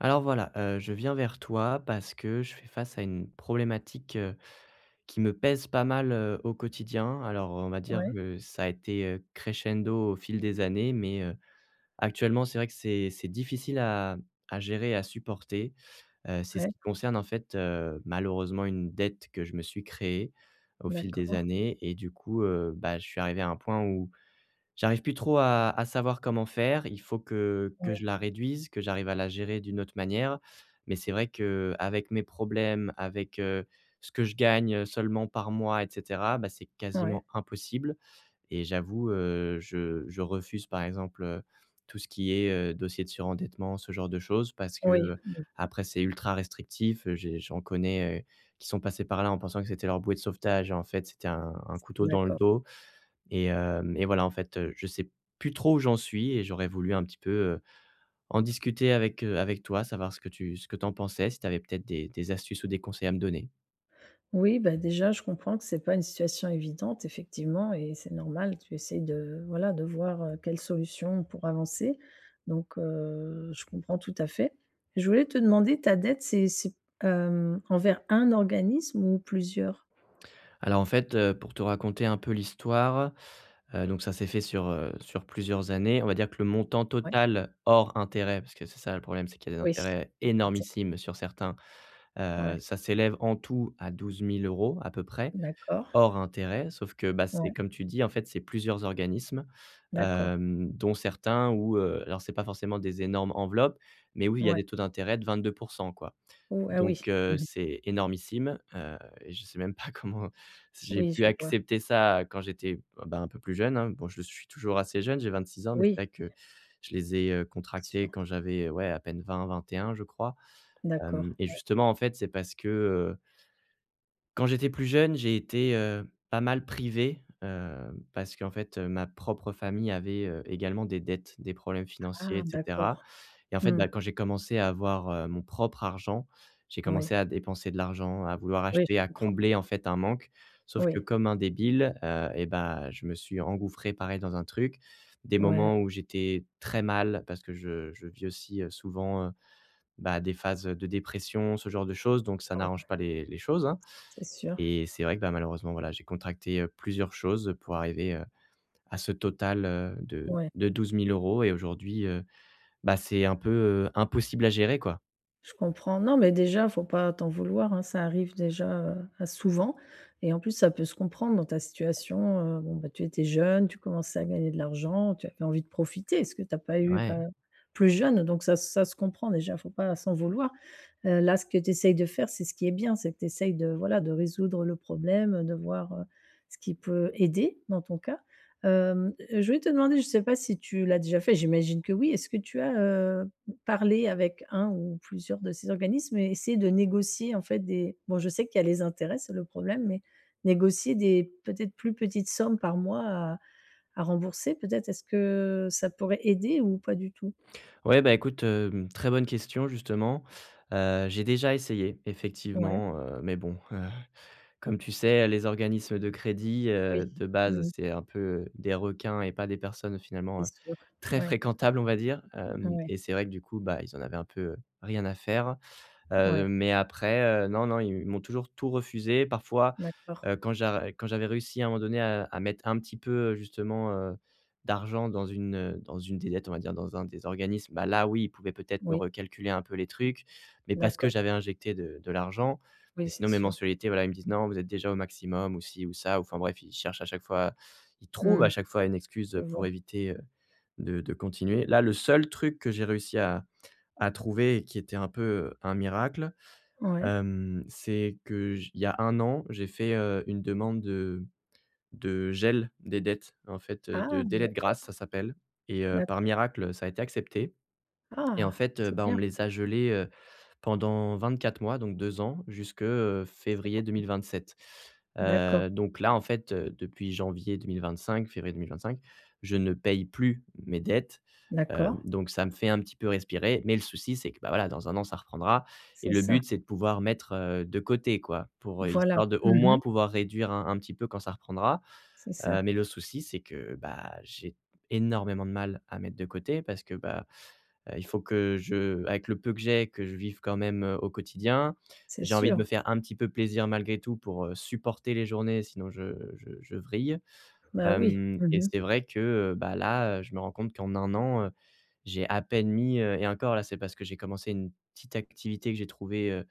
Alors voilà, je viens vers toi parce que je fais face à une problématique, qui me pèse pas mal, au quotidien. Alors, on va dire Ouais, que ça a été, crescendo au fil des années, mais, actuellement, c'est vrai que c'est difficile à gérer, à supporter. C'est ce ouais, qui concerne, en fait, malheureusement une dette que je me suis créée au fil des d'accord, années et du coup, bah, je suis arrivé à un point où j'arrive plus trop à savoir comment faire. Il faut que ouais, je la réduise, que j'arrive à la gérer d'une autre manière. Mais c'est vrai que avec mes problèmes, avec, ce que je gagne, seulement par mois et cetera, bah, c'est ouais, quasiment impossible et j'avoue, je refuse par exemple, tout ce qui est, dossier de surendettement, ce genre de choses parce que, oui, mmh, après c'est ultra restrictif. J'en connais, qui sont passés par là en pensant que c'était leur bouée de sauvetage et en fait c'était un couteau dans le d'accord. dos et hem et voilà, en fait, je sais plus trop où j'en suis et j'aurais voulu un petit peu, en discuter avec, avec toi, savoir ce que tu en pensais, si tu avais peut-être des astuces ou des conseils à me donner. Oui, bah, déjà, je comprends que c'est pas une situation évidente, effectivement, et c'est normal. Tu essayes de, voilà, de voir, quelles solutions pour avancer, donc je comprends tout à fait. Je voulais te demander, ta dette, c'est, envers un organisme ou plusieurs? Alors en fait, pour te raconter un peu l'histoire, donc ça s'est fait sur, plusieurs années. On va dire que le montant Ouais, total hors intérêt, parce que c'est ça le problème, c'est qu'il y a des oui, intérêts énormissimes sur certains, ouais, ça s'élève en tout à 12 000 euros à peu près. d'accord, Hors intérêt, sauf que, bah, c'est ouais, comme tu dis, en fait, c'est plusieurs organismes, d'accord, dont certains où, alors c'est pas forcément des énormes enveloppes, mais oui, il y a ouais. des taux d'intérêt de 22% quoi. Ou ah oui, Donc, mmh c'est énormissime, et je sais même pas comment j'ai oui, pu je vois. accepter ça quand j'étais, bah, un peu plus jeune, hein. Bon, je suis toujours assez jeune, j'ai 26 ans, mais Oui, c'est vrai que je les ai, contractés sûr, quand j'avais, ouais, à peine vingt et un je crois, d'accord. Et justement, en fait, c'est parce que, quand j'étais plus jeune, j'ai été, pas mal privé, parce qu'en fait, ma propre famille avait, également des dettes, des problèmes financiers Ah, et cetera d'accord. et en fait, Mmh. bah, quand j'ai commencé à avoir, mon propre argent, j'ai Oui, commencé à dépenser de l'argent, à vouloir oui, je acheter, à comprends. combler, en fait, un manque. Sauf que Oui, comme un débile, et ben, je me suis engouffré pareil dans un truc. Des ouais, moments où j'étais très mal parce que je vis aussi, souvent, bah, des phases, de dépression, ce genre de choses, donc ça n'arrange ah, pas les choses, hein. c'est sûr. Et c'est vrai que, bah, malheureusement, voilà, j'ai contracté, plusieurs choses pour arriver, à ce total, de Ouais, 12 000 euros et aujourd'hui, bah, c'est un peu, impossible à gérer, quoi. je comprends. Non, mais déjà, faut pas t'en vouloir, hein, ça arrive déjà, à souvent, et en plus, ça peut se comprendre dans ta situation, bon, bah, tu étais jeune, tu commençais à gagner de l'argent, tu avais envie de profiter, est ce que tu as pas eu Ouais. pas plus jeune, donc ça ça se comprend, déjà, faut pas s'en vouloir. Là, ce que tu essayes de faire, c'est ce qui est bien, c'est que tu essayes de, voilà, de résoudre le problème, de voir, ce qui peut aider dans ton cas. Je voulais te demander, je ne sais pas si tu l'as déjà fait, j'imagine que oui. Est-ce que tu as, parlé avec un ou plusieurs de ces organismes et essayé de négocier en fait des, bon, je sais qu'il y a les intérêts, c'est le problème, mais négocier des peut-être plus petites sommes par mois à rembourser peut-être? Est-ce que ça pourrait aider ou pas du tout? Ouais, bah, écoute, très bonne question justement. J'ai déjà essayé Ouais, effectivement, mais bon, comme tu sais, les organismes de crédit, oui. De base, Mmh, c'est un peu, des requins et pas des personnes finalement, c'est sûr. très Ouais, fréquentables, on va dire. Hem ouais. et c'est vrai que du coup, bah, ils en avaient un peu, rien à faire. Ouais, Mais après, non, non, ils m'ont toujours tout refusé. Parfois, d'accord. Quand j'ar quand j'avais réussi à un moment donné à mettre un petit peu, justement, d'argent dans une des dettes, on va dire, dans un des organismes, bah, là, oui, ils pouvaient peut-être me Oui, recalculer un peu les trucs, mais parce que d'accord. j'avais injecté de l'argent. Et Oui, sinon, c'est mes sûr. mensualités, voilà, ils me disent: «Non, vous êtes déjà au maximum» ou ci ou ça, enfin bref, ils trouvent à Mmh, chaque fois une je excuse, pour vois. éviter, de continuer. Là, le seul truc que j'ai réussi à trouver et qui était un peu un miracle, Ouais. C'est que j il y a un an, j'ai fait, une demande de gel des dettes, en fait, de Ah, délai de d'accord, grâce, ça s'appelle et par d'accord. miracle, ça a été accepté. Et en Ah, fait, c'est bah, on bien, me les a gelés, pendant 24 mois, donc 2 ans, jusque, c'est février cool. 2027. D'accord, Donc là, en fait, depuis janvier 2025, février 2025, je ne paye plus mes dettes, d'accord, donc ça me fait un petit peu respirer. Mais le souci, c'est que, bah, voilà, dans un an, ça reprendra et c'est le ça. but, c'est de pouvoir mettre, de côté, quoi, pour, Voilà. histoire de, au moins, Mmh. pouvoir réduire un petit peu quand ça reprendra. C'est ça, Mais le souci, c'est que, bah, j'ai énormément de mal à mettre de côté parce que, bah, il faut que je avec le peu que j'ai, que je vive quand même, au quotidien. c'est J'ai envie de sûr. me faire un petit peu plaisir malgré tout pour, supporter les journées, sinon je vrille. Bah, oui. Hem et Mmh. c'est vrai que, bah, là, je me rends compte qu'en un an, j'ai à peine mis, et encore là, c'est parce que j'ai commencé une petite activité que j'ai trouvée,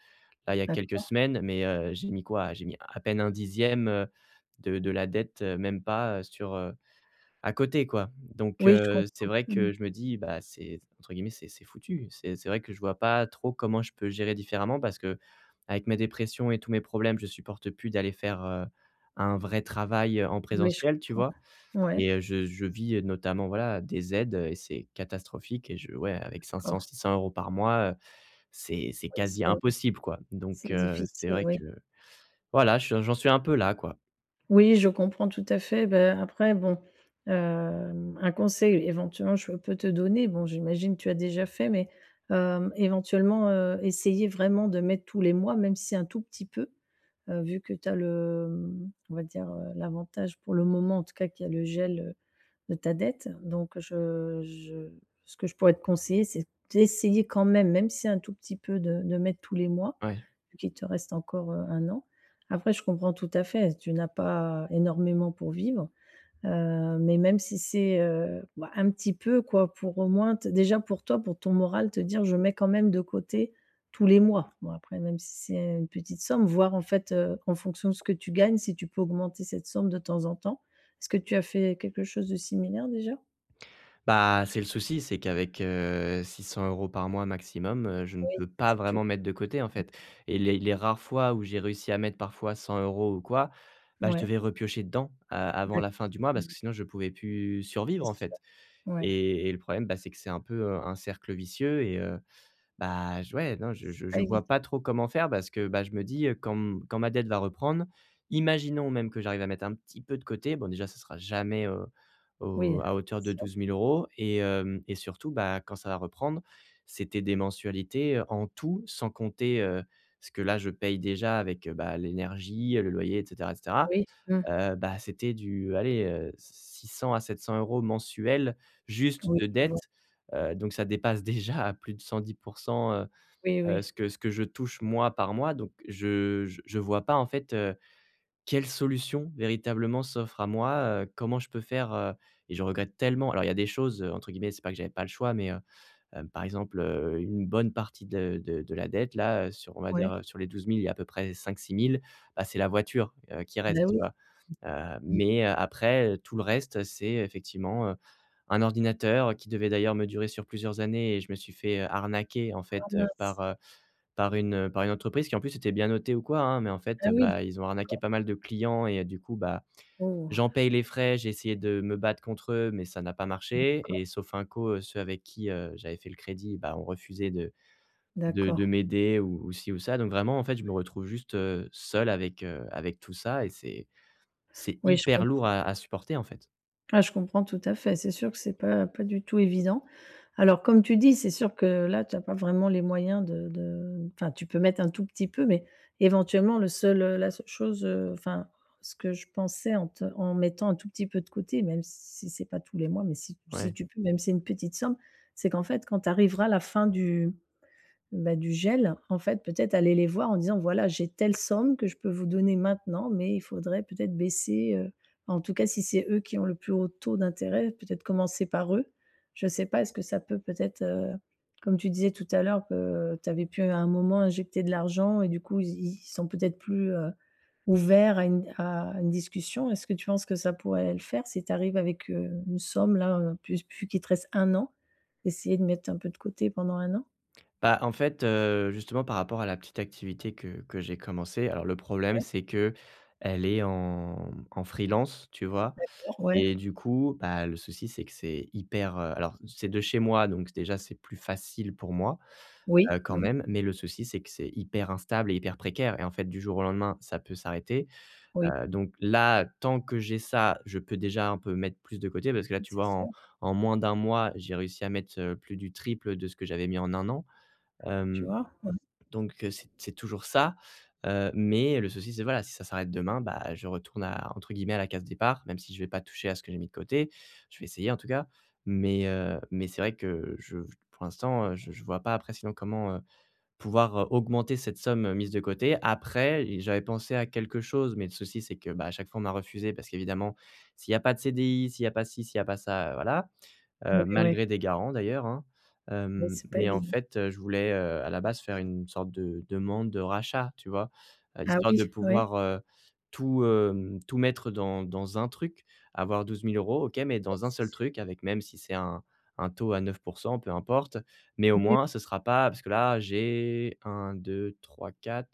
là, il y a quelques D'accord. semaines, mais, j'ai mis quoi? J'ai mis à peine un dixième e de la dette, même pas, sur, à côté quoi, donc Oui, je c'est comprends. vrai Mmh. que je me dis: «Bah, c'est entre guillemets, c'est foutu». C'est vrai que je vois pas trop comment je peux gérer différemment parce que, avec ma dépression et tous mes problèmes, je supporte plus d'aller faire, un vrai travail, en Oui, je présentiel, tu comprends. vois? Et Ouais, je vis, notamment, voilà, des aides, et c'est catastrophique et je ouais, avec cinq cents, d'accord. six cents euros par mois, c'est Oui, quasi c'est impossible quoi, donc c'est c'est difficile, vrai oui. que voilà, je suis j'en suis un peu là, quoi. Oui, je comprends tout à fait. Ben, après, bon, un conseil éventuellement je peux te donner, bon, j'imagine que tu as déjà fait, mais, éventuellement, essayer vraiment de mettre tous les mois, même si un tout petit peu, vu que tu as le, on va dire, l'avantage pour le moment, en tout cas qu'il y a le gel, de ta dette. Donc je ce que je pourrais te conseiller, c'est d'essayer quand même, même si un tout petit peu de mettre tous les mois, Ouais. vu qu'il te reste encore, 1 an. Après, je comprends tout à fait, tu n'as pas énormément pour vivre, mais même si c'est, bah, un petit peu quoi, pour au moins te, déjà pour toi, pour ton moral, te dire: «Je mets quand même de côté tous les mois». Bon après, même si c'est une petite somme, voir en fait, en fonction de ce que tu gagnes, si tu peux augmenter cette somme de temps en temps. Est-ce que tu as fait quelque chose de similaire déjà? Bah, c'est le souci, c'est qu'avec, 600 euros par mois maximum, je ne Oui, peux pas c'est tu vraiment mettre de côté, en fait et les rares fois où j'ai réussi à mettre parfois 100 euros ou quoi, bah, je ouais, devais repiocher dedans a avant la fin d'accord. du mois parce que Mmh, sinon je pouvais plus survivre, c'est en sûr, fait ouais, et le problème, bah, c'est que c'est un peu, un cercle vicieux et bah, j ouais, non, je c'est je pas je évident. vois pas trop comment faire parce que, bah, je me dis, quand m quand ma dette va reprendre, imaginons même que j'arrive à mettre un petit peu de côté, bon, déjà, ça sera jamais, Oui, au la à hauteur de somme, 12 000 euros et hem et surtout, bah, quand ça va reprendre, c'était des mensualités, en tout, sans compter, ce que là, je paye déjà avec, bah, l'énergie, le loyer et cetera et cetera. oui, mmh, Bah, c'était du allez, 600 à 700 euros mensuels juste oui, de je vois. dettes, donc ça dépasse déjà à plus de 110 heu Oui, oui, ce que je touche moi par mois, donc je vois pas en fait, quelle solution véritablement s'offre à moi, comment je peux faire, et je regrette tellement. Alors il y a des choses, entre guillemets, c'est pas que j'avais pas le choix, mais par exemple, une bonne partie de de la dette là, sur on va dire, ouais, sur les 12 000, il y a à peu près 5 000, 6 000, bah, c'est la voiture, qui bah, reste, tu oui. vois? Mmh. Mais, après, tout le reste, c'est effectivement, un ordinateur qui devait d'ailleurs me durer sur plusieurs années et je me suis fait, arnaquer en Ah, fait, mince! par, par une entreprise qui en plus était bien notée ou quoi, hein, mais en Ah fait, oui! bah, ils ont arnaqué pas mal de clients et du coup, bah Oh! j'en paye les frais, j'ai essayé de me battre contre eux, mais ça n'a pas marché et D'accord, sauf Inco, ceux avec qui, j'avais fait le crédit, bah, ont refusé de de d'accord. m'aider ou ci ou ça. Donc vraiment, en fait, je me retrouve juste, seul avec, avec tout ça et c'est Oui, je hyper lourd comprends. à supporter, en fait. Ah, je comprends tout à fait. C'est sûr que c'est pas du tout évident. Alors comme tu dis, c'est sûr que là, tu as pas vraiment les moyens de, enfin, tu peux mettre un tout petit peu, mais éventuellement le seul, la seule chose, enfin, ce que je pensais en mettant un tout petit peu de côté, même si c'est pas tous les mois, mais si Ouais. tu peux, même si c'est une petite somme, c'est qu'en fait, quand tu arriveras à la fin du, bah, du gel, en fait, peut-être aller les voir en disant: «Voilà, j'ai telle somme que je peux vous donner maintenant, mais il faudrait peut-être baisser», en tout cas, si c'est eux qui ont le plus haut taux d'intérêt, peut-être commencer par eux. Je ne sais pas, est-ce que ça peut peut-être, comme tu disais tout à l'heure que tu avais pu à un moment injecter de l'argent, et du coup, ils sont peut-être plus, ouverts à une discussion. Est-ce que tu penses que ça pourrait le faire si tu arrives avec, une somme là, puis qu'il te reste 1 an, essayer de mettre un peu de côté pendant un an? Bah, en fait, justement par rapport à la petite activité que j'ai commencé. Alors le problème Ouais, c'est que elle est en freelance, tu vois? d'accord. Ouais. Et du coup, bah, le souci, c'est que c'est hyper, alors c'est de chez moi, donc déjà, c'est plus facile pour moi, Oui, quand mmh, même, mais le souci, c'est que c'est hyper instable et hyper précaire et en fait, du jour au lendemain, ça peut s'arrêter, oui, donc là, tant que j'ai ça, je peux déjà un peu mettre plus de côté parce que là, oui, tu c'est vois, sûr, en moins d'un mois, j'ai réussi à mettre, plus du triple de ce que j'avais mis en un an, tu hem vois? Ouais, donc c'est toujours ça, mais le souci, c'est voilà, si ça s'arrête demain, bah, je retourne à entre guillemets «à la case départ», même si je vais pas toucher à ce que j'ai mis de côté. Je vais essayer en tout cas, mais c'est vrai que je pour l'instant, je vois pas après sinon comment, pouvoir, augmenter cette somme, mise de côté. Après et j'avais pensé à quelque chose, mais le souci, c'est que, bah, à chaque fois, on m'a refusé parce qu'évidemment, s'il y a pas de CDI, s'il y a pas ci, s'il y a pas ça, voilà oui, oui, malgré des garants d'ailleurs, hein. mais c'est pas Mais en évident. fait, je voulais, à la base faire une sorte de demande de rachat, tu vois? Ah Histoire oui, de ouais, pouvoir, tout, tout mettre dans un truc. Avoir douze mille euros, OK, mais ouais, dans un c'est seul sûr. truc avec même si c'est un taux à 9%, peu importe. Mais au Oui, moins ce sera pas parce que là j'ai un deux trois quatre,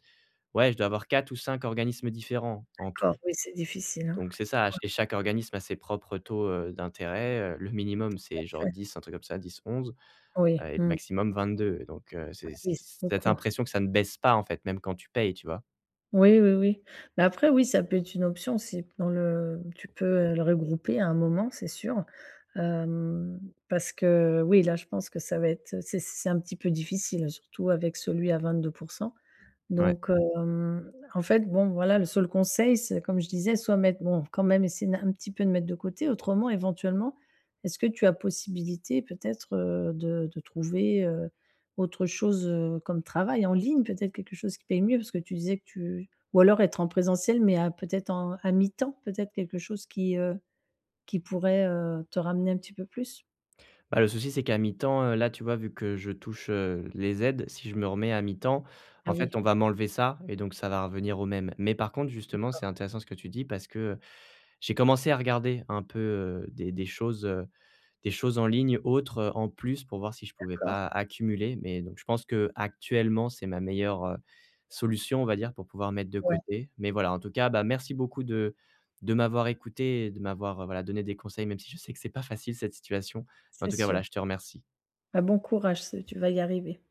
ouais, je dois avoir 4 ou 5 organismes différents en tout. d'accord, oui, c'est difficile, hein, Donc c'est ça, et chaque organisme a ses propres taux, d'intérêt, le minimum tout à c'est genre fait. 10 un truc comme ça, 10, 11 Oui, et le mmh, maximum 22. Donc ah c'est c oui, c'est cette beaucoup. impression que ça ne baisse pas, en fait, même quand tu payes, tu vois? Oui, oui, oui, mais après, oui, ça peut être une option, si dans le tu peux, le regrouper à un moment, c'est sûr, hem, parce que oui, là, je pense que ça va être, c'est un petit peu difficile, surtout avec celui à 22. Ouais. Donc en fait, bon, voilà, le seul conseil, c'est comme je disais, soit mettre, bon, quand même essayer d'un un petit peu de mettre de côté, autrement, éventuellement, est-ce que tu as possibilité peut-être, de trouver, autre chose, comme travail en ligne, peut-être quelque chose qui paye mieux? Parce que tu disais que tu, ou alors être en présentiel, mais à peut-être en à mi-temps, peut-être quelque chose qui pourrait, te ramener un petit peu plus? Bah, le souci c'est qu'à mi-temps, là, tu vois, vu que je touche, les aides, si je me remets à mi-temps, en Ah fait, oui, on va m'enlever ça et donc ça va revenir au même. Mais par contre, justement, c'est d'accord, intéressant ce que tu dis parce que, j'ai commencé à regarder un peu, des choses, des choses en ligne autres, en plus pour voir si je pouvais d'accord, pas accumuler. Mais donc je pense que actuellement c'est ma meilleure, solution, on va dire, pour pouvoir mettre de ouais, côté. Mais voilà, en tout cas, bah, merci beaucoup de m'avoir écouté et de m'avoir, voilà, donné des conseils, même si je sais que c'est pas facile cette situation. Mais en c'est tout cas, sûr. voilà, je te remercie. Bah, bon courage, c'est tu vas y arriver.